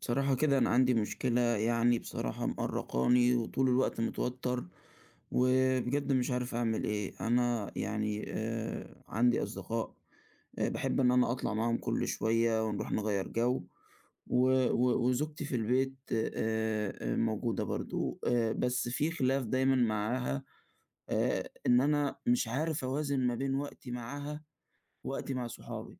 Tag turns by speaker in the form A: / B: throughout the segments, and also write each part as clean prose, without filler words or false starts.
A: بصراحة كده أنا عندي مشكلة، يعني بصراحة مقرقاني وطول الوقت متوتر. وبجد مش عارف أعمل إيه. أنا يعني آه، عندي أصدقاء آه، بحب إن أنا أطلع معاهم كل شوية ونروح نغير جو. و- و- وزوجتي في البيت آه، آه، موجودة برضو آه، بس في خلاف دايما معاها آه، إن أنا مش عارف أوازن ما بين وقتي معاها ووقتي مع صحابي.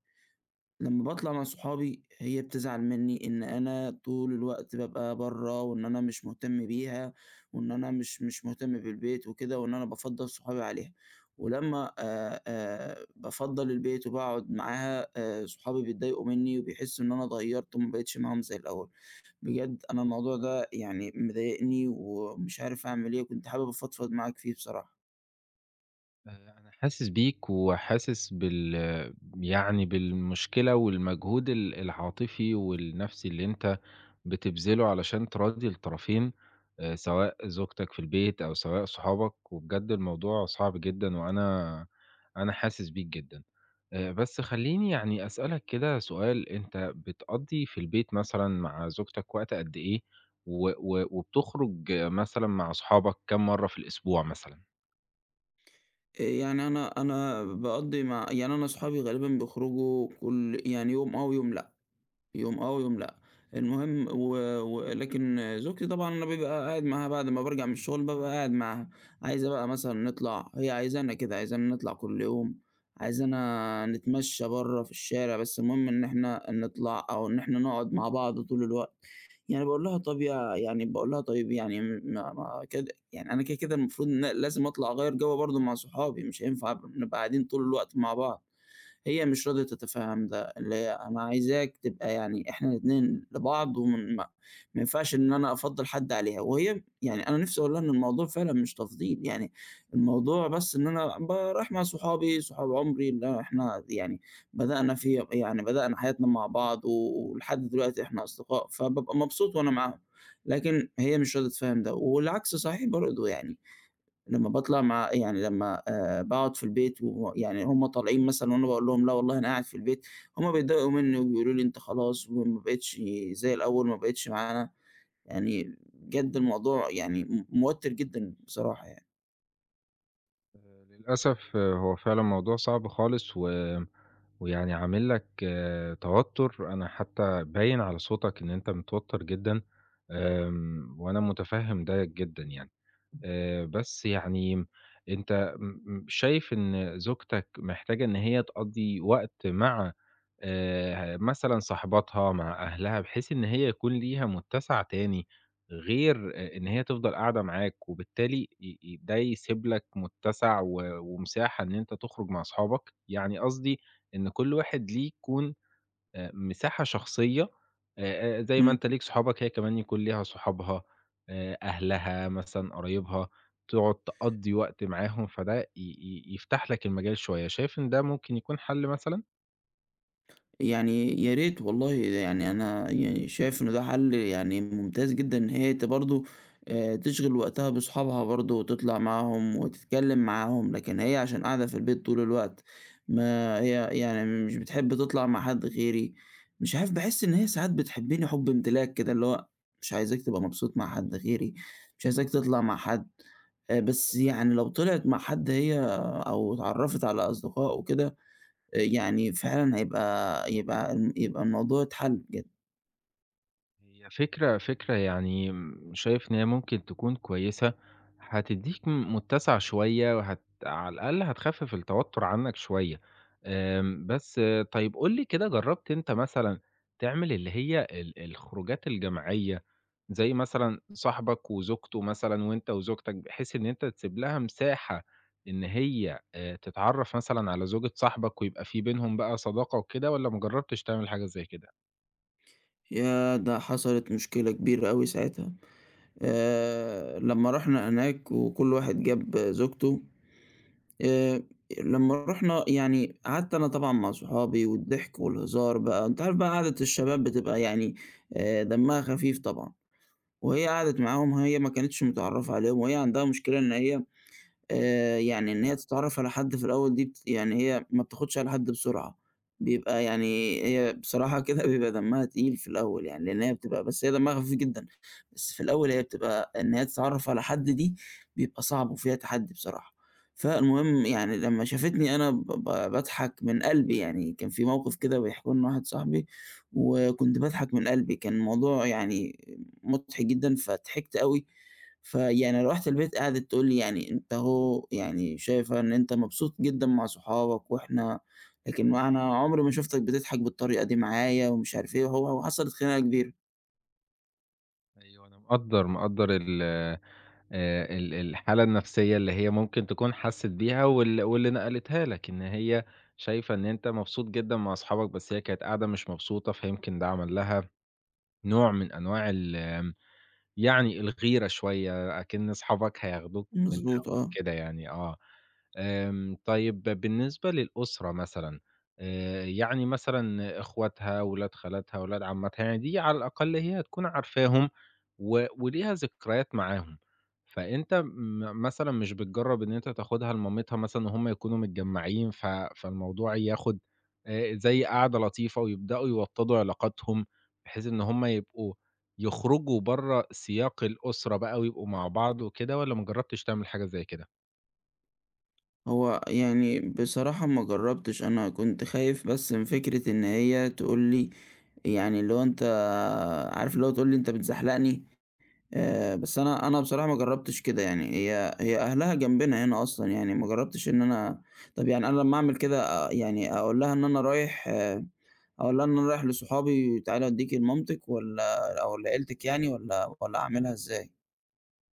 A: لمّا باطلع مع صحابي هي بتزعل منّي إن أنا طول الوقت بابقى برّه، وإن أنا مش مهتم بيها، وإن أنا مش مهتم بالبيت وكده، وإن أنا بافضّل صحابي عليها، ولمّا بافضّل البيت وباقعد معاها صحابي بيتضايقوا منّي وبيحسّوا إن أنا اتغيّرت وما بقيتش معاهم زي الأول. بجد أنا الموضوع ده يعني مضايقني ومش عارف أعمل إيه، وكنت حابب أفضفض معاك فيه بصراحة.
B: آآ أنا حاسس بيك وحاسس يعني بالمشكلة والمجهود العاطفي والنفسي اللي أنت بتبذله علشان تراضي الطرفين، سواء زوجتك في البيت أو سواء صحابك، وبجد الموضوع صعب جدًا وأنا حاسس بيك جدًا. بس خلّيني يعني أسألك كده سؤال، أنت بتقضّي في البيت مثلًا مع زوجتك وقت قد إيه؟ و و وبتخرج مثلًا مع صحابك كام مرّة في الأسبوع مثلًا؟
A: يعني أنا باقضّي مع، يعني أنا صحابي غالبًا بيخرجوا كل يعني يوم آه ويوم لأ. يوم آه ويوم لأ. المهم، ولكن زوجتي طبعًا أنا بابقى قاعد معاها بعد ما بارجع من الشغل بابقى قاعد معاها، عايزة بقى مثلًا نطلع، هي عايزانا كده، عايزانا نطلع كل يوم، عايزانا نتمشى برّه في الشارع، بس المهم إن إحنا نطلع أو إن إحنا نقعد مع بعض طول الوقت. يعني باقول لها طب يا، يعني باقول لها طيب، يعني ما ما كده، يعني أنا كده، كده المفروض إن لازم أطلع أغيّر جو برضه مع صحابي، مش هينفع نبقى قاعدين طول الوقت مع بعض. هي مش راضية تتفهم ده، اللي هي أنا عايزاك تبقى، يعني إحنا الاتنين لبعض وم ما ما ينفعش إن أنا أفضّل حد عليها، وهي يعني أنا نِفْسي أقول لها إن الموضوع فعلًا مش تفضيل، يعني الموضوع بس إن أنا رايح مع صحابي، صحاب عمري اللي إحنا يعني بدأنا في يعني بدأنا حياتنا مع بعض ولحد دلوقتي إحنا أصدقاء، فبابقى مبسوط وأنا معاهم، لكن هي مش راضية تتفهم ده، والعكس صحيح برضه يعني. لمّا باطلع مع يعني لمّا باقعد في البيت ويعني هُم طالعين مثلًا وأنا باقول لهم: "لا والله أنا قاعد في البيت." هُم بيتضايقوا منّي وبيقولوا لي: "أنت خلاص وما بقيتش زي الأول، ما بقيتش معانا." يعني بجد الموضوع يعني موتِّر جدًا بصراحة يعني.
B: للأسف آه، هو فعلًا موضوع صعب خالص و ويعني عامل لك آه، توتُّر، أنا حتّى باين على صوتك إن أنت متوتّر جدًا، وأنا مُتفهِّم ده جدًا يعني. بس يعني أنت م م شايف إن زوجتك محتاجة إن هي تقضّي وقت مع مثلًا صاحباتها، مع أهلها، بحيث إن هي يكون ليها متسع تاني غير إن هي تفضل قاعدة معاك، وبالتالي ي ي ده يسيب لك متسع و ومساحة إن أنت تخرج مع أصحابك؟ يعني قصدي إن كل واحد ليه يكون مساحة شخصية زي ما
A: إمم.
B: أنت ليك صحابك هي كمان يكون ليها صحابها، أهلها مثلًا قرايبها، تقعد تقضّي وقت معاهم، فده ي ي يفتح لك المجال شوية، شايف إن ده ممكن يكون حل مثلًا؟
A: يعني يا ريت والله، يعني أنا يعني شايف إنه ده حل يعني ممتاز جدًا، إن هي برضه تشغِل وقتها بأصحابها برضه وتطلع معاهم وتتكلّم معاهم، لكن هي عشان قاعدة في البيت طول الوقت، ما هي يعني مش بتحب تطلع مع حد غيري، مش عارف، باحس إن هي ساعات بتحبّني حُب امتلاك كده، اللي هو مش عايزاك تبقى مبسوط مع حد غيري، مش عايزاك تطلع مع حد. بس يعني لو طلعت مع حد هي أو اتعرّفت على أصدقاء وكده، يعني فعلًا هيبقى، يبقى الموضوع اتحل بجد.
B: هي فكرة يعني شايف إن هي ممكن تكون كويسة، هتدّيك متسع شوية وهت على الأقل هتخفِّف التوتُّر عنّك شوية. بس آه، طيب قُل لي كده جرّبت أنت مثلًا تعمل اللي هي الخروجات الجماعية، زي مثلًا صاحبك وزوجته مثلًا وأنت وزوجتك، بحيث إن أنت تسيب لها مساحة إن هي تتعرّف مثلًا على زوجة صاحبك ويبقى في بينهم بقى صداقة وكده والّا ما جرّبتش تعمل حاجة زي كده؟
A: ياه! ده حصلت مشكلة كبيرة أوي ساعتها. لمّا رُحنا هناك وكل واحد جاب زوجته، آآ لمّا رُحنا، يعني قعدت أنا طبعًا مع صحابي والضحك والهزار بقى، أنت عارف بقى قعدة الشباب بتبقى يعني دمها خفيف طبعًا، وهي قعدت معاهم، هي ما كانتش متعرّفة عليهم، وهي عندها مشكلة إن هي يعني إن هي تتعرّف على حد في الأول دي يعني هي ما بتاخدش على حد بسرعة، بيبقى يعني هي بصراحة كده بيبقى دمّها تقيل في الأول يعني، لإن هي بتبقى، بس هي دمّها خفيف جدًا، بس في الأول هي بتبقى إن هي تتعرّف على حد دي بيبقى صعب وفيها تحدّي بصراحة. فالمهم يعني لمّا شافتني أنا ب ب باضحك من قلبي يعني، كان في موقف كده بيحكوه لنا واحد صاحبي وكنت باضحك من قلبي، كان الموضوع يعني مضحك جدًا، فضحكت أوي. فيعني لو رُحت البيت قعدت تقول لي: "يعني أنت أهو، يعني شايفة إن أنت مبسوط جدًا مع صحابك وإحنا، لكن أنا عمري ما شُفتك بتضحك بالطريقة دي معايا." ومش عارف إيه، وهو وحصلت خناقة كبيرة.
B: أيوه أنا مقدّر، مقدّر ال ال الحالة النفسية اللي هي ممكن تكون حسّت بيها واللي نقلتها لك، إن هي شايفة إن أنت مبسوط جدًا مع أصحابك، بس هي كانت قاعدة مش مبسوطة، فيمكن ده عمل لها نوع من أنواع يعني الغيرة شوية، أكِن أصحابك هياخدوك من
A: مضبوط آه.
B: كده يعني آه. طيب بالنسبة للأسرة مثلًا، يعني مثلًا إخواتها، ولاد خالاتها، ولاد عمّاتها، يعني دي على الأقل هي هتكون عارفاهم وليها ذكريات معاهم، فأنت مثلًا مش بتجرّب إن أنت تاخدها لمامتها مثلًا وهُم يكونوا متجمّعين، فالموضوع ياخد زي قعدة لطيفة ويبدأوا يوطّدوا علاقاتهم، بحيث إن هُم يبقوا يخرجوا برّه سياق الأسرة بقى ويبقوا مع بعض وكده والّا ما جرّبتش تعمل حاجة زي كده؟
A: هو يعني بصراحة ما جرّبتش، أنا كنت خايف بس من فكرة إن هي تقول لي، يعني اللي هو أنت عارف، اللي هو تقول لي: "أنت بتزحلقني." بس أنا بصراحة ما جرّبتش كده يعني، هي أهلها جنبنا هنا أصلًا يعني، ما جرّبتش إن أنا، طَب يعني أنا لمّا أعمل كده يعني أقول لها إن أنا رايح آه، أقول لها إن أنا رايح لصحابي، تعالي أوديكِ لمامتِك والّا أو لعيلتِك، يعني والّا أعملها إزاي؟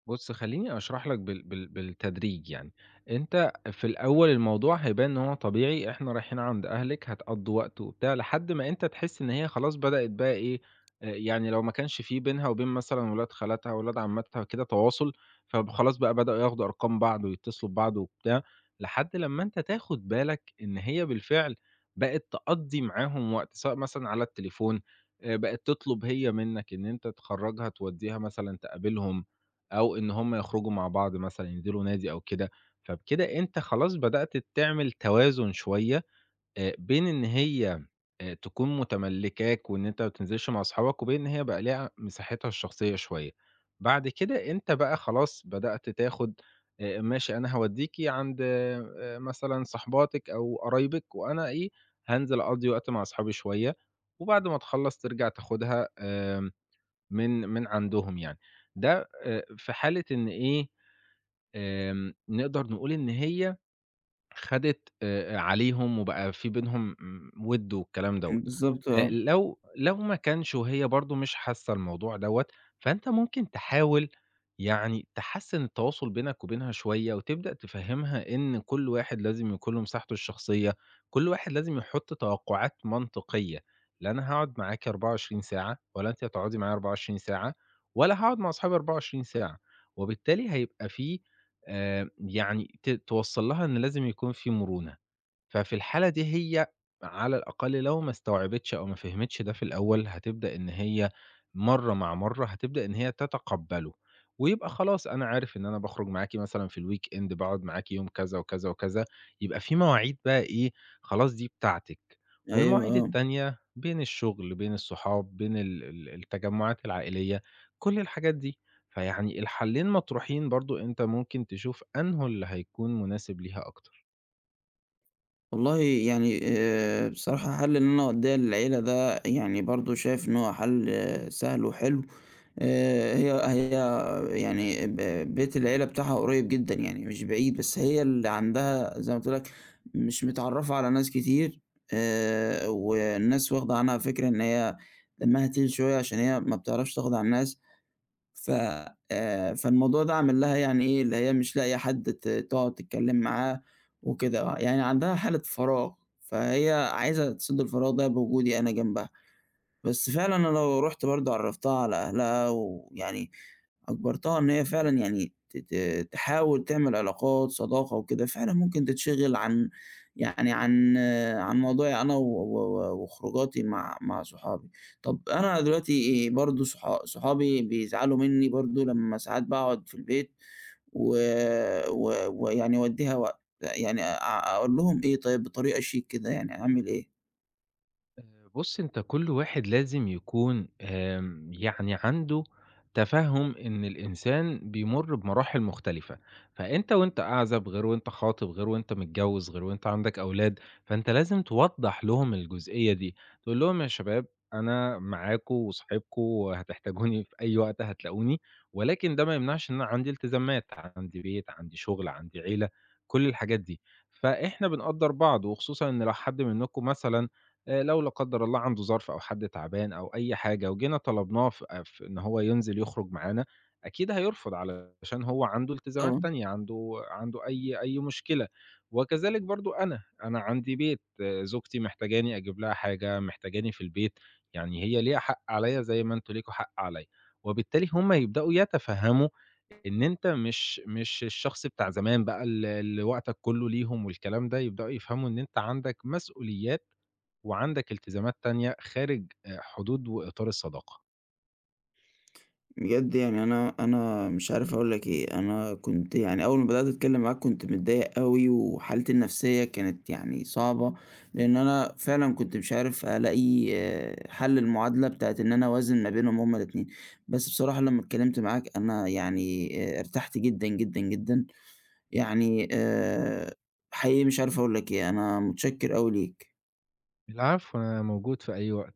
B: بُص، خلّيني أشرح لك بالتدريج يعني، أنت في الأول الموضوع هيبان إن هو طبيعي، إحنا رايحين عند أهلِك هتقضّوا وقت وبتاع، لحد ما أنت تحس إن هي خلاص بدأت بقى إيه، يعني لو ما كانش في بينها وبين مثلًا ولاد خالاتها، ولاد عمّاتها كده تواصل، فخلاص بقى بدأوا ياخدوا أرقام بعض ويتصلوا ببعض وبتاع، لحد لمّا أنت تاخد بالك إن هي بالفعل بقت تقضّي معاهم وقت، سواء مثلًا على التليفون، بقت تطلب هي منّك إن أنت تخرّجها تودّيها مثلًا تقابلهم، أو إن هم يخرجوا مع بعض مثلًا، ينزلوا نادي أو كده، فبكده أنت خلاص بدأت تعمل توازن شوية بين إن هي تكون متملّكاك وإن أنت ما بتنزلش مع أصحابك، وبين إن هي بقى ليها مساحتها الشخصية شوية. بعد كده أنت بقى خلاص بدأت تاخد ماشي أنا هاوديكِ عند مثلًا صاحباتِك أو قرايبِك، وأنا إيه هانزل أقضي وقت مع أصحابي شوية، وبعد ما تخلّص ترجع تاخدها من عندهم يعني. ده في حالة إن إيه، نقدر نقول إن هي خدِت عليهم وبقى في بينهم وِد والكلام دوّة.
A: بالضبط آه.
B: لو ما كانش وهي برضه مش حاسة الموضوع دوّة، فأنت ممكن تحاول يعني تحسِّن التواصل بينك وبينها شوية وتبدأ تفهِّمها إن كل واحد لازم يكون له مساحته الشخصية، كل واحد لازم يحُط توقعات منطقية، لا أنا هاقعد معاكِ 24 ساعة ولا أنتِ هتقعدي معايا 24 ساعة ولا هاقعد مع أصحابي 24 ساعة، وبالتالي هيبقى في يعني توصّل لها إن لازم يكون في مرونة. ففي الحالة دي هي على الأقل لو ما استوعبتش أو ما فهمتش ده في الأول، هتبدأ إن هي مرّة مع مرّة هتبدأ إن هي تتقبّله، ويبقى خلاص أنا عارف إن أنا باخرج معاكِ مثلًا في الweekend باقعد معاكِ يوم كذا وكذا وكذا، يبقى في مواعيد بقى إيه، خلاص دي بتاعتِك،
A: أيوه
B: والمواعيد
A: آه.
B: التانية بين الشغل، بين الصحاب، بين ال ال التجمعات العائلية، كل الحاجات دي. فيعني الحلّين مطروحين برضه، أنت ممكن تشوف أنهو اللي هيكون مناسب ليها أكتر.
A: والله يعني، بصراحة حَل إن أنا أودّيها للعيلة ده، يعني برضه شايف إن هو حَل آه، سهل وحلو. هي هي يعني بيت العيلة بتاعها قريب جدًا يعني مش بعيد، بس هي اللي عندها زي ما قُلت لك مش متعرّفة على ناس كتير، والناس واخدة عنها فكرة إن هي دمها تقيل شوية عشان هي ما بتعرفش تاخد على الناس، ف فالموضوع ده عامل لها يعني إيه، اللي هي مش لاقية حد تقعد تتكلّم معاه وكده، يعني عندها حالة فراغ، فهي عايزة تسِد الفراغ ده بوجودي أنا جنبها. بس فعلًا أنا لو رُحت برضه عرّفتها على أهلها ويعني أجبرتها إن هي فعلًا يعني ت ت تحاول تعمل علاقات، صداقة وكده، فعلًا ممكن تتشغل عن، يعني عن عن موضوعي أنا و و وخروجاتي مع صحابي. طب أنا دلوقتي برضه صحابي بيزعلوا منّي برضه لمّا ساعات باقعد في البيت ويعني و و ويعني أودّيها وقت، يعني أقول لهم إيه طيب، بطريقة شيك كده، يعني أعمل إيه؟
B: بُص، أنت كل واحد لازم يكون يعني عنده تفهم إن الإنسان بيمُر بمراحل مختلفة، فأنت وأنت أعزب غير وأنت خاطب، غير وأنت متجوّز، غير وأنت عندك أولاد، فأنت لازم توضّح لهم الجزئية دي، تقول لهم يا شباب أنا معاكم وصاحبكم وهتحتاجوني في أي وقت هتلاقوني، ولكن ده ما يمنعش إن أنا عندي التزامات، عندي بيت، عندي شغل، عندي عيلة، كل الحاجات دي، فإحنا بنقدّر بعض، وخصوصًا إن لو حد منكم مثلًا لو لا قدّر الله عنده ظرف أو حد تعبان أو أي حاجة وجينا طلبناه ف ف إن هو ينزل يخرج معانا، أكيد هيرفض علشان هو عنده التزامات
A: طبعًا.
B: تانية، عنده أي مشكلة. وكذلك برضه أنا، أنا عندي بيت، آه، زوجتي محتاجاني أجيب لها حاجة، محتاجاني في البيت، يعني هي ليها حق عليّا زي ما أنتم ليكم حق عليّا. وبالتالي هم يبدأوا يتفهموا إن أنت مش الشخص بتاع زمان بقى اللي وقتك كله ليهم والكلام ده، يبدأوا يفهموا إن أنت عندك مسؤوليات وعندك التزامات تانية خارج حدود وإطار الصداقة.
A: بجد يعني أنا مش عارف أقول لك إيه، أنا كنت يعني أول ما بدأت أتكلّم معاك كنت متضايق أوي، وحالتي النفسية كانت يعني صعبة، لإن أنا فعلًا كنت مش عارف ألاقي آه، حل المعادلة بتاعة إن أنا أوازن ما بينهم هُم الاتنين، بس بصراحة لمّا اتكلّمت معاك أنا يعني ارتحت جدًا، جدًا، جدًا، يعني حقيقي مش عارف أقول لك إيه، أنا متشكّر أوي ليك.
B: العفو، أنا موجود في أي وقت.